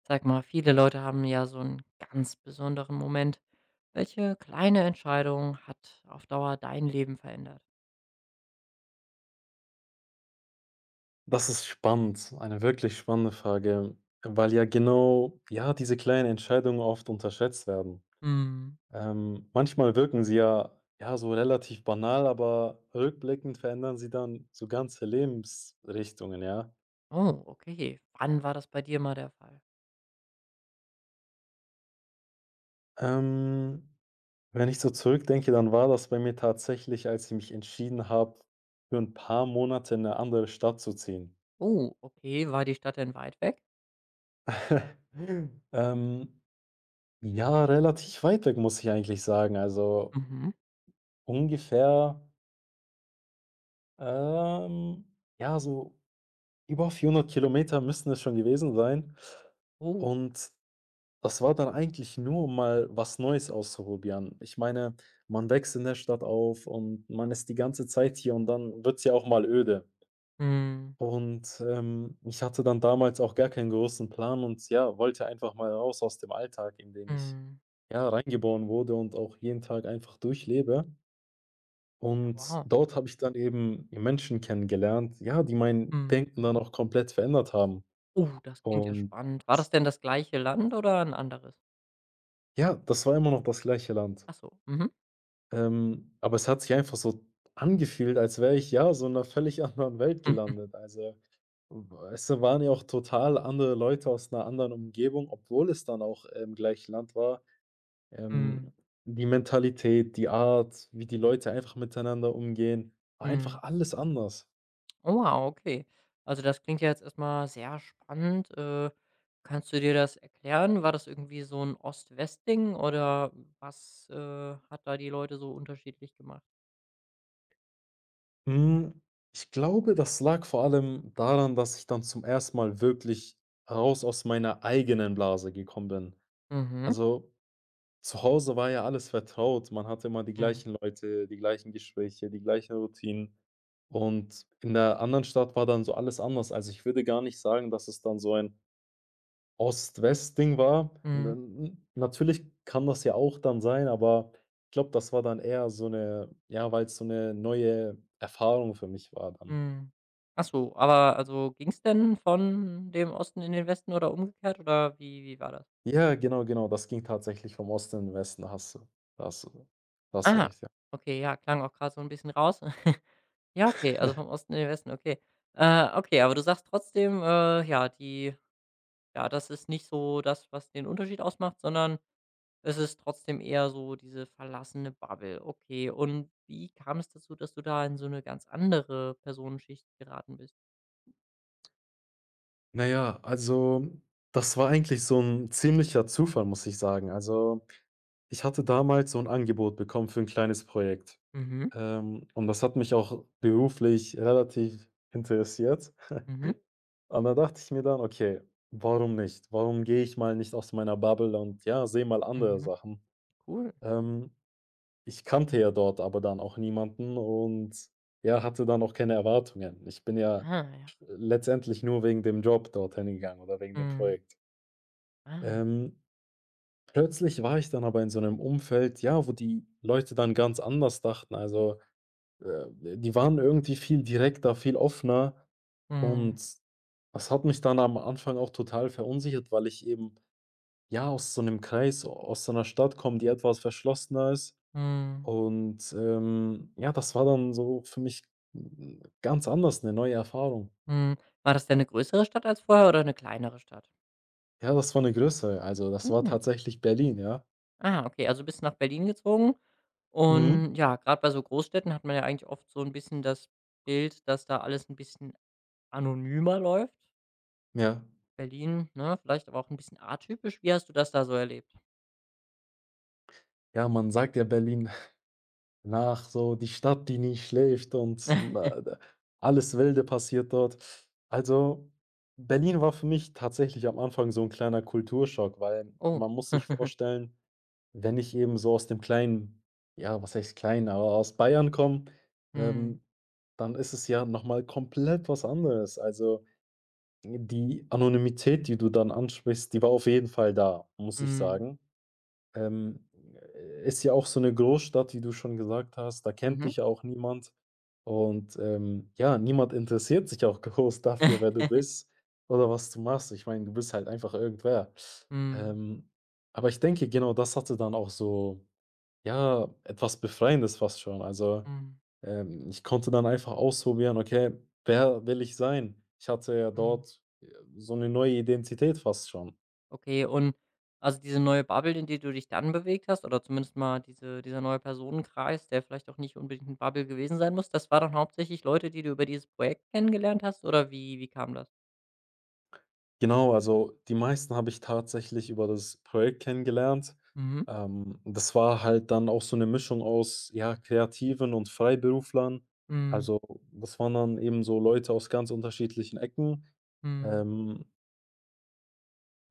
Sag mal, viele Leute haben ja so einen ganz besonderen Moment. Welche kleine Entscheidung hat auf Dauer dein Leben verändert? Das ist spannend, eine wirklich spannende Frage, weil diese kleinen Entscheidungen oft unterschätzt werden. Mhm. Manchmal wirken sie so relativ banal, aber rückblickend verändern sie dann so ganze Lebensrichtungen, ja. Oh, okay. Wann war das bei dir mal der Fall? Ähm, wenn ich so zurückdenke, dann war das bei mir tatsächlich, als ich mich entschieden habe, für ein paar Monate in eine andere Stadt zu ziehen. Oh, okay. War die Stadt denn weit weg? Ähm, ja, relativ weit weg, muss ich eigentlich sagen. Also Mhm. ungefähr. Ähm, ja, so über 400 Kilometer müssen es schon gewesen sein. Oh. Und das war dann eigentlich nur, um mal was Neues auszuprobieren. Ich meine, man wächst in der Stadt auf und man ist die ganze Zeit hier und dann wird's ja auch mal öde. Mhm. Und, ich hatte dann damals auch gar keinen großen Plan und ja, wollte einfach mal raus aus dem Alltag, in den ich, Mhm. ja, reingeboren wurde und auch jeden Tag einfach durchlebe. Ja, Und wow. dort habe ich dann eben Menschen kennengelernt, ja, die mein Mhm. Denken dann auch komplett verändert haben. Oh, das klingt ja Und spannend. War das denn das gleiche Land oder ein anderes? ja, das war immer noch das gleiche Land. Ach so. Mhm. Aber es hat sich einfach so angefühlt, als wäre ich ja so in einer völlig anderen Welt gelandet. Also, es waren ja auch total andere Leute aus einer anderen Umgebung, obwohl es dann auch im gleichen Land war. Ähm, Mhm. die Mentalität, die Art, wie die Leute einfach miteinander umgehen, war einfach Mhm. alles anders. Oh, wow, okay. Also das klingt ja jetzt erstmal sehr spannend. Kannst du dir das erklären? War das irgendwie so ein Ost-West-Ding oder was hat da die Leute so unterschiedlich gemacht? Hm, ich glaube, das lag vor allem daran, dass ich dann zum ersten Mal wirklich raus aus meiner eigenen Blase gekommen bin. Mhm, Also, zu Hause war ja alles vertraut. Man hatte immer die ja. gleichen Leute, die gleichen Gespräche, die gleichen Routinen. Und in der anderen Stadt war dann so alles anders. Also, ich würde gar nicht sagen, dass es dann so ein Ost-West-Ding war. Mhm, N Natürlich kann das ja auch dann sein, aber ich glaube, das war dann eher so eine, ja, weil es so eine neue Erfahrung für mich war dann. mhm. Ach so, aber also ging's denn von dem Osten in den Westen oder umgekehrt oder wie war das? Ja, genau. Das ging tatsächlich vom Osten in den Westen. Da hast du Da hast du Ah, recht, ja. okay, ja, klang auch gerade so ein bisschen raus. Ja, okay, also vom Osten in den Westen, okay. Okay, aber du sagst trotzdem, ja, die. Ja, das ist nicht so das, was den Unterschied ausmacht, sondern es ist trotzdem eher so diese verlassene Bubble. Okay, und wie kam es dazu, dass du da in so eine ganz andere Personenschicht geraten bist? Na ja, also, das war eigentlich so ein ziemlicher Zufall, muss ich sagen. Also, ich hatte damals so ein Angebot bekommen für ein kleines Projekt. Mhm, Und das hat mich auch beruflich relativ interessiert. mhm, Und da dachte ich mir dann: „Okay, warum nicht? Warum gehe ich mal nicht aus meiner Bubble und, ja, sehe mal andere mhm. Sachen?“ Cool. Ähm Ich kannte ja dort aber dann auch niemanden und, ja, hatte dann auch keine Erwartungen. Ich bin ja Ah, ja. Letztendlich nur wegen dem Job dorthin gegangen oder wegen dem Mhm. Projekt. Ah. Ähm, plötzlich war ich dann aber in so einem Umfeld, ja, wo die Leute dann ganz anders dachten. Also, äh, die waren irgendwie viel direkter, viel offener Mhm. und das hat mich dann am Anfang auch total verunsichert, weil ich eben, ja, aus so einem Kreis, aus so einer Stadt komme, die etwas verschlossener ist. Mhm. Und, ja, das war dann so für mich, ganz anders, eine neue Erfahrung. Mhm. War das denn eine größere Stadt als vorher oder eine kleinere Stadt? Ja, das war eine größere. Also, das war Mhm. tatsächlich Berlin, ja. Ah, okay, also bist du nach Berlin gezogen, Mhm. und ja, gerade bei so Großstädten hat man ja eigentlich oft so ein bisschen das Bild, dass da alles ein bisschen anonymer läuft. Ja. Berlin, ne, vielleicht aber auch ein bisschen atypisch. Wie hast du das da so erlebt? Ja, man sagt ja Berlin nach, so die Stadt, die nie schläft und, na da alles Wilde passiert dort. Also, Berlin war für mich tatsächlich am Anfang so ein kleiner Kulturschock, weil Oh. man muss sich vorstellen. Wenn ich eben so aus dem kleinen, ja, was heißt klein, aber aus Bayern komme, Mhm. ähm, dann ist es ja nochmal komplett was anderes. Also, die Anonymität, die du dann ansprichst, die war auf jeden Fall da, muss ich Mhm. sagen. Ähm, Ist ja auch so eine Großstadt, wie du schon gesagt hast, da kennt Mhm. dich ja auch niemand und, ja, niemand interessiert sich auch groß dafür, wer du bist oder was du machst. Ich meine, du bist halt einfach irgendwer. Mhm. Ähm, aber ich denke, genau das hatte dann auch so ja, etwas Befreiendes fast schon. Also, Mhm. Ich konnte dann einfach ausprobieren: „Okay, wer will ich sein?“ Ich hatte ja Mhm. dort, so eine neue Identität fast schon. Okay, und also diese neue Bubble, in die du dich dann bewegt hast, oder zumindest mal dieser neue Personenkreis, der vielleicht auch nicht unbedingt 'ne Bubble gewesen sein muss, das war dann hauptsächlich Leute, die du über dieses Projekt kennengelernt hast, oder wie kam das? Genau, also die meisten habe ich tatsächlich über das Projekt kennengelernt. Mhm. Das war halt dann auch so eine Mischung aus, ja, Kreativen und Freiberuflern. Mhm. Also, das waren dann eben so Leute aus ganz unterschiedlichen Ecken. Mhm. Ähm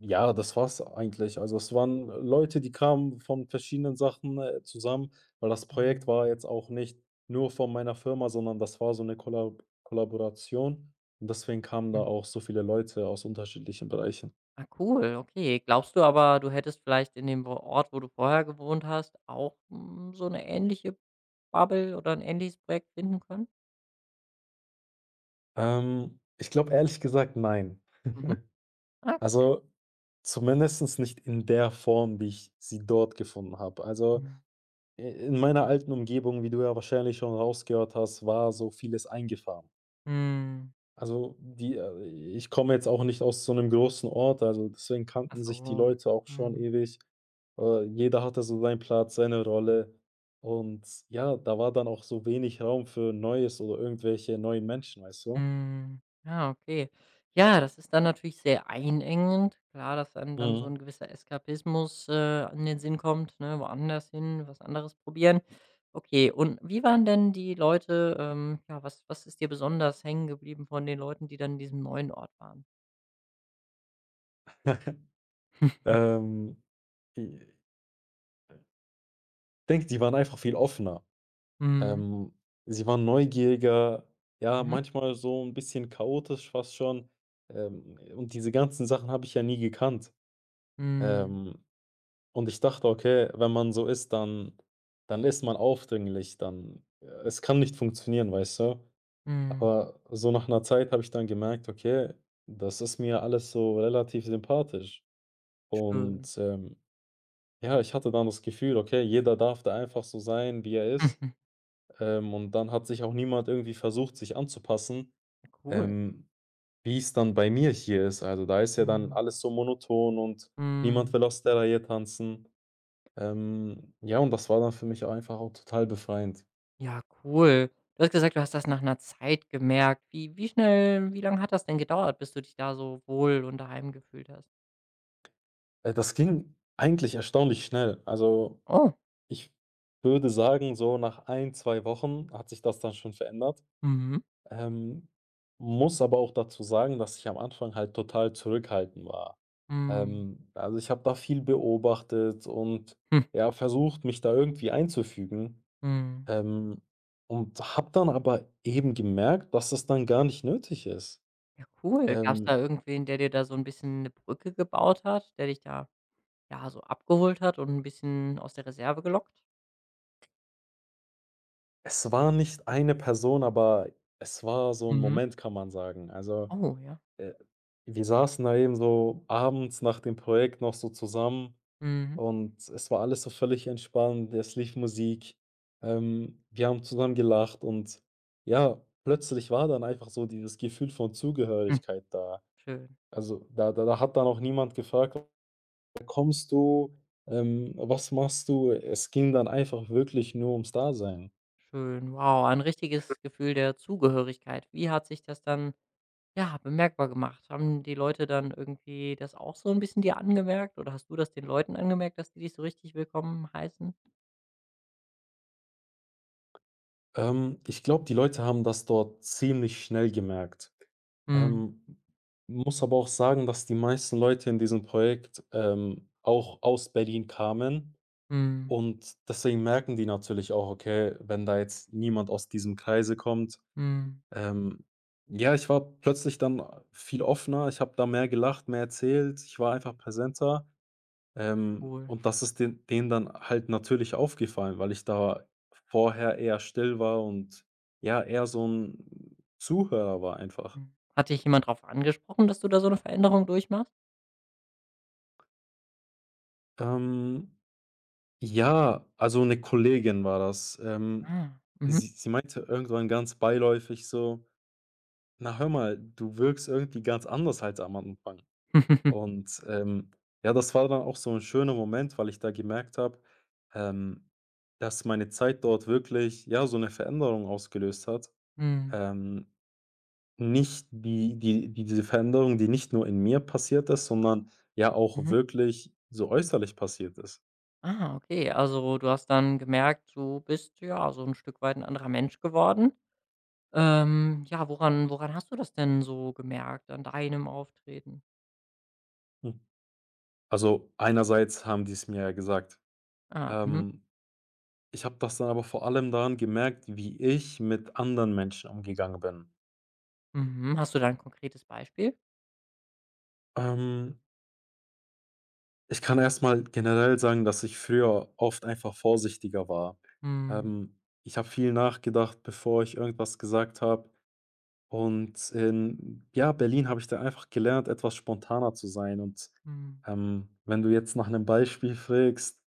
Ja, das war's eigentlich. Also, es waren Leute, die kamen von verschiedenen Sachen, zusammen, weil das Projekt Mhm. war jetzt auch nicht nur von meiner Firma, sondern das war so eine Kollaboration und deswegen kamen da Mhm. auch so viele Leute aus unterschiedlichen Bereichen. Ah, cool, okay. Glaubst du aber, du hättest vielleicht in dem wo Ort, wo du vorher gewohnt hast, auch, hm, so eine ähnliche Bubble oder ein ähnliches Projekt finden können? Ich glaube ehrlich gesagt, nein. Mhm. Ah. Also, zumindest nicht in der Form, wie ich sie dort gefunden habe. Also, Mhm. i in meiner alten Umgebung, wie du ja wahrscheinlich schon rausgehört hast, war so vieles eingefahren. Mhm. Also, die ich komme jetzt auch nicht aus so einem großen Ort, also deswegen Ach kannten sich die so. Leute auch schon Mhm. ewig. Jeder hatte so seinen Platz, seine Rolle und ja, da war dann auch so wenig Raum für Neues oder irgendwelche neuen Menschen, weißt du? Mhm. Ja, okay. Ja, das ist dann natürlich sehr einengend. Klar, dass einem dann so Mhm. ein gewisser Eskapismus, in den Sinn kommt, ne, woanders hin, was anderes probieren. Okay, und wie waren denn die Leute, ja, was ist dir besonders hängen geblieben von den Leuten, die dann in diesem neuen Ort waren? Ähm, i Denke, die waren einfach viel offener. Mhm. Ähm, sie waren neugieriger, ja, Mhm. manchmal so ein bisschen chaotisch fast schon, und diese ganzen Sachen habe ich ja nie gekannt. Mhm. Ähm Und ich dachte: „Okay, wenn man so ist, dann ist man aufdringlich, dann es kann nicht funktionieren“, weißt du? Mhm. Aber so nach einer Zeit habe ich dann gemerkt: „Okay, das ist mir alles so relativ sympathisch.“ Schön. Und, ja, ich hatte dann das Gefühl: „Okay, jeder darf da einfach so sein, wie er ist.“ und dann hat sich auch niemand irgendwie versucht, sich anzupassen, Cool. ähm, wie es dann bei mir hier ist. Also, da ist ja dann Mhm. alles so monoton und niemand Mhm. will aus der Reihe tanzen. Ja, und das war dann für mich einfach auch total befreiend. Ja, cool. Du hast gesagt, du hast das nach einer Zeit gemerkt. Wie lange hat das denn gedauert, bis du dich da so wohl und daheim gefühlt hast? Das ging eigentlich erstaunlich schnell. Also, Oh, ich würde sagen, so nach ein 2 Wochen hat sich das dann schon verändert. mhm. Ähm, muss aber auch dazu sagen, dass ich am Anfang halt total zurückhaltend war. Mhm. Also, ich habe da viel beobachtet und, Hm, ja, versucht, mich da irgendwie einzufügen, mhm. ähm, und habe dann aber eben gemerkt, dass es dann gar nicht nötig ist. Ja, cool. Gab es da Ähm, irgendwen, der dir da so ein bisschen eine Brücke gebaut hat, der dich da, ja, so abgeholt hat und ein bisschen aus der Reserve gelockt? Es war nicht eine Person, aber es war so 'n Mhm. Moment, kann man sagen. Also, Oh, ja. äh, wir saßen da eben so abends nach dem Projekt noch so zusammen Mhm. und es war alles so völlig entspannt. Es lief Musik, wir haben zusammen gelacht und ja, plötzlich war dann einfach so dieses Gefühl von Hm, Zugehörigkeit da. schön, Also, da hat dann auch niemand gefragt: „Woher kommst du? Was machst du?“ Es ging dann einfach wirklich nur ums Dasein. schön. Wow, ein richtiges Gefühl der Zugehörigkeit. Wie hat sich das dann, ja, bemerkbar gemacht? Haben die Leute dann irgendwie das auch so ein bisschen dir angemerkt, oder hast du das den Leuten angemerkt, dass die dich so richtig willkommen heißen? Ich glaube, die Leute haben das dort ziemlich schnell gemerkt. Mhm, Ähm, muss aber auch sagen, dass die meisten Leute in diesem Projekt, auch aus Berlin kamen mhm, und deswegen merken die natürlich auch: „Okay, wenn da jetzt niemand aus diesem Kreise kommt“. mhm. ähm, ja, ich war plötzlich dann viel offener. Ich habe da mehr gelacht, mehr erzählt. Ich war einfach präsenter. Cool. Und das ist den denen dann halt natürlich aufgefallen, weil ich da vorher eher still war und ja, eher so ein Zuhörer war einfach. Mhm. Hat dich jemand darauf angesprochen, dass du da so eine Veränderung durchmachst? Ähm, ja, also eine Kollegin war das. Ähm, Ah, mhm. sie sie meinte irgendwann ganz beiläufig so: „Na, hör mal, du wirkst irgendwie ganz anders als am Anfang.“ Und, ja, das war dann auch so ein schöner Moment, weil ich da gemerkt habe, ähm, dass meine Zeit dort wirklich, ja, so eine Veränderung ausgelöst hat. Mhm, Ähm, nicht diese Veränderung, die nicht nur in mir passiert ist, sondern ja auch mhm. wirklich so äußerlich passiert ist. Ah, okay. Also, du hast dann gemerkt, du bist, ja, so ein Stück weit ein anderer Mensch geworden. Ja, woran hast du das denn so gemerkt an deinem Auftreten? Hm. Also, einerseits haben die's mir ja gesagt. Ah, mhm, Ähm, ich habe das dann aber vor allem daran gemerkt, wie ich mit anderen Menschen umgegangen bin. mhm. Hast du da ein konkretes Beispiel? Ähm, ich kann erstmal generell sagen, dass ich früher oft einfach vorsichtiger war. Mhm, Ich habe viel nachgedacht, bevor ich irgendwas gesagt habe. Und in, ja, Berlin habe ich da einfach gelernt, etwas spontaner zu sein. Und mhm. Wenn du jetzt nach einem Beispiel fragst,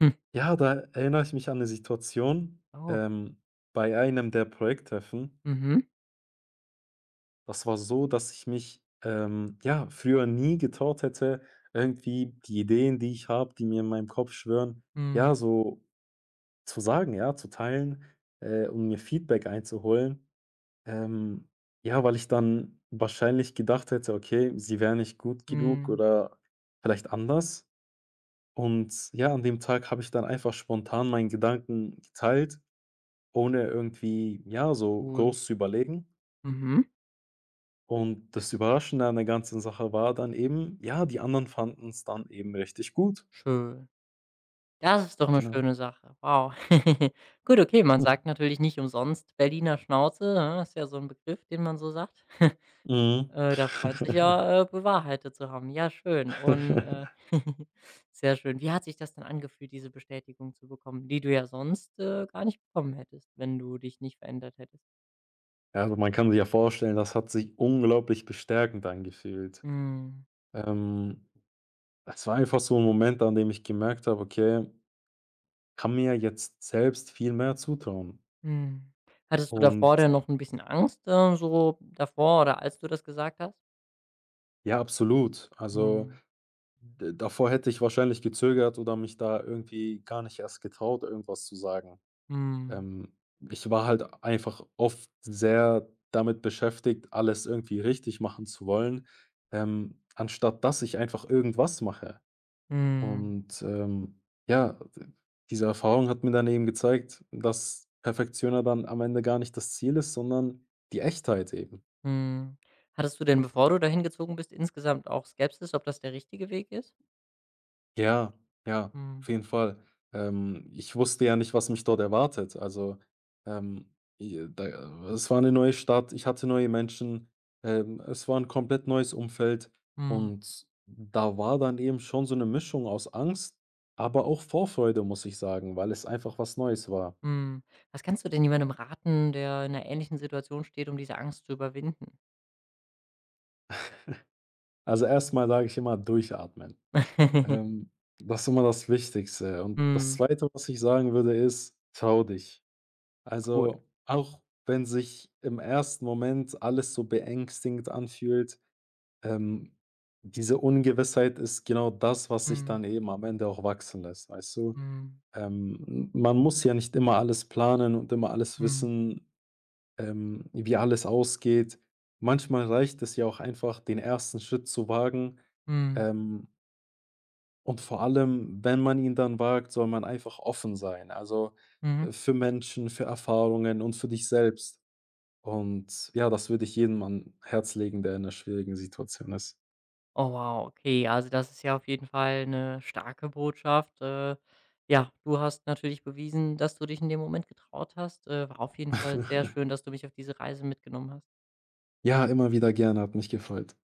Hm. ja, da erinnere ich mich an eine Situation, Oh. Bei einem der Projekttreffen. Mhm. Das war so, dass ich mich ja früher nie getraut hätte, irgendwie die Ideen, die ich habe, die mir in meinem Kopf schwirren, Mhm. ja, so zu sagen, ja, zu teilen, und mir Feedback einzuholen. Ähm, ja, weil ich dann wahrscheinlich gedacht hätte: „Okay, sie wäre nicht gut genug Mhm. oder vielleicht anders.“ Und ja, an dem Tag habe ich dann einfach spontan meinen Gedanken geteilt, ohne irgendwie, ja, so Cool. groß zu überlegen. Mhm. Und das Überraschende an der ganzen Sache war dann eben, ja, die anderen fanden es dann eben richtig gut. Schön. Das ist doch 'ne Genau. schöne Sache. Wow. Gut, okay, man Hm. sagt natürlich nicht umsonst Berliner Schnauze, ne? Ist ja so 'n Begriff, den man so sagt. Mhm. Das scheint sich ja, bewahrheitet zu haben. Ja, schön und, sehr schön. Wie hat sich das denn angefühlt, diese Bestätigung zu bekommen, die du ja sonst, gar nicht bekommen hättest, wenn du dich nicht verändert hättest? Ja, also, man kann sich ja vorstellen, das hat sich unglaublich bestärkend angefühlt. Mhm. Ähm Es war einfach so ein Moment, an dem ich gemerkt habe: „Okay, kann mir jetzt selbst viel mehr zutrauen.“ Mhm. Hattest du davor Und denn noch 'n bisschen Angst, so davor oder als du das gesagt hast? ja, absolut. Also, Mhm. d davor hätte ich wahrscheinlich gezögert oder mich da irgendwie gar nicht erst getraut, irgendwas zu sagen. Mhm. Ähm, ich war halt einfach oft sehr damit beschäftigt, alles irgendwie richtig machen zu wollen, anstatt dass ich einfach irgendwas mache. Mhm. Und, ja, diese Erfahrung hat mir dann eben gezeigt, dass Perfektioner dann am Ende gar nicht das Ziel ist, sondern die Echtheit eben. Mhm. Hattest du denn, bevor du dahin gezogen bist, insgesamt auch Skepsis, ob das der richtige Weg ist? Ja, ja, auf Mhm. jeden Fall. Ich wusste ja nicht, was mich dort erwartet. Also, ähm, i da es war eine neue Stadt, ich hatte neue Menschen, es war ein komplett neues Umfeld Mhm. und da war dann eben schon so eine Mischung aus Angst, aber auch Vorfreude, muss ich sagen, weil es einfach was Neues war. Mhm. Was kannst du denn jemandem raten, der in 'ner ähnlichen Situation steht, um diese Angst zu überwinden? Also, erstmal sage ich immer durchatmen. Ähm, das ist immer das Wichtigste. Und das Mhm. Zweite, was ich sagen würde, ist: „Trau dich.“ Cool. Also, auch wenn sich im ersten Moment alles so beängstigend anfühlt, ähm, diese Ungewissheit ist genau das, was sich Mhm. dann eben am Ende auch wachsen lässt, weißt du? Mhm. Man muss ja nicht immer alles planen und immer alles Mhm. wissen, wie alles ausgeht. Manchmal reicht es ja auch einfach, den ersten Schritt zu wagen, Mhm. ähm, und vor allem, wenn man ihn dann wagt, soll man einfach offen sein. Also, Mhm. Für Menschen, für Erfahrungen und für dich selbst. Und ja, das würde ich jedem an Herz legen, der in einer schwierigen Situation ist. Oh wow, okay, also das ist ja auf jeden Fall eine starke Botschaft. Ja, du hast natürlich bewiesen, dass du dich in dem Moment getraut hast. War auf jeden Fall sehr schön, dass du mich auf diese Reise mitgenommen hast. Ja, immer wieder gerne, hat mich gefreut.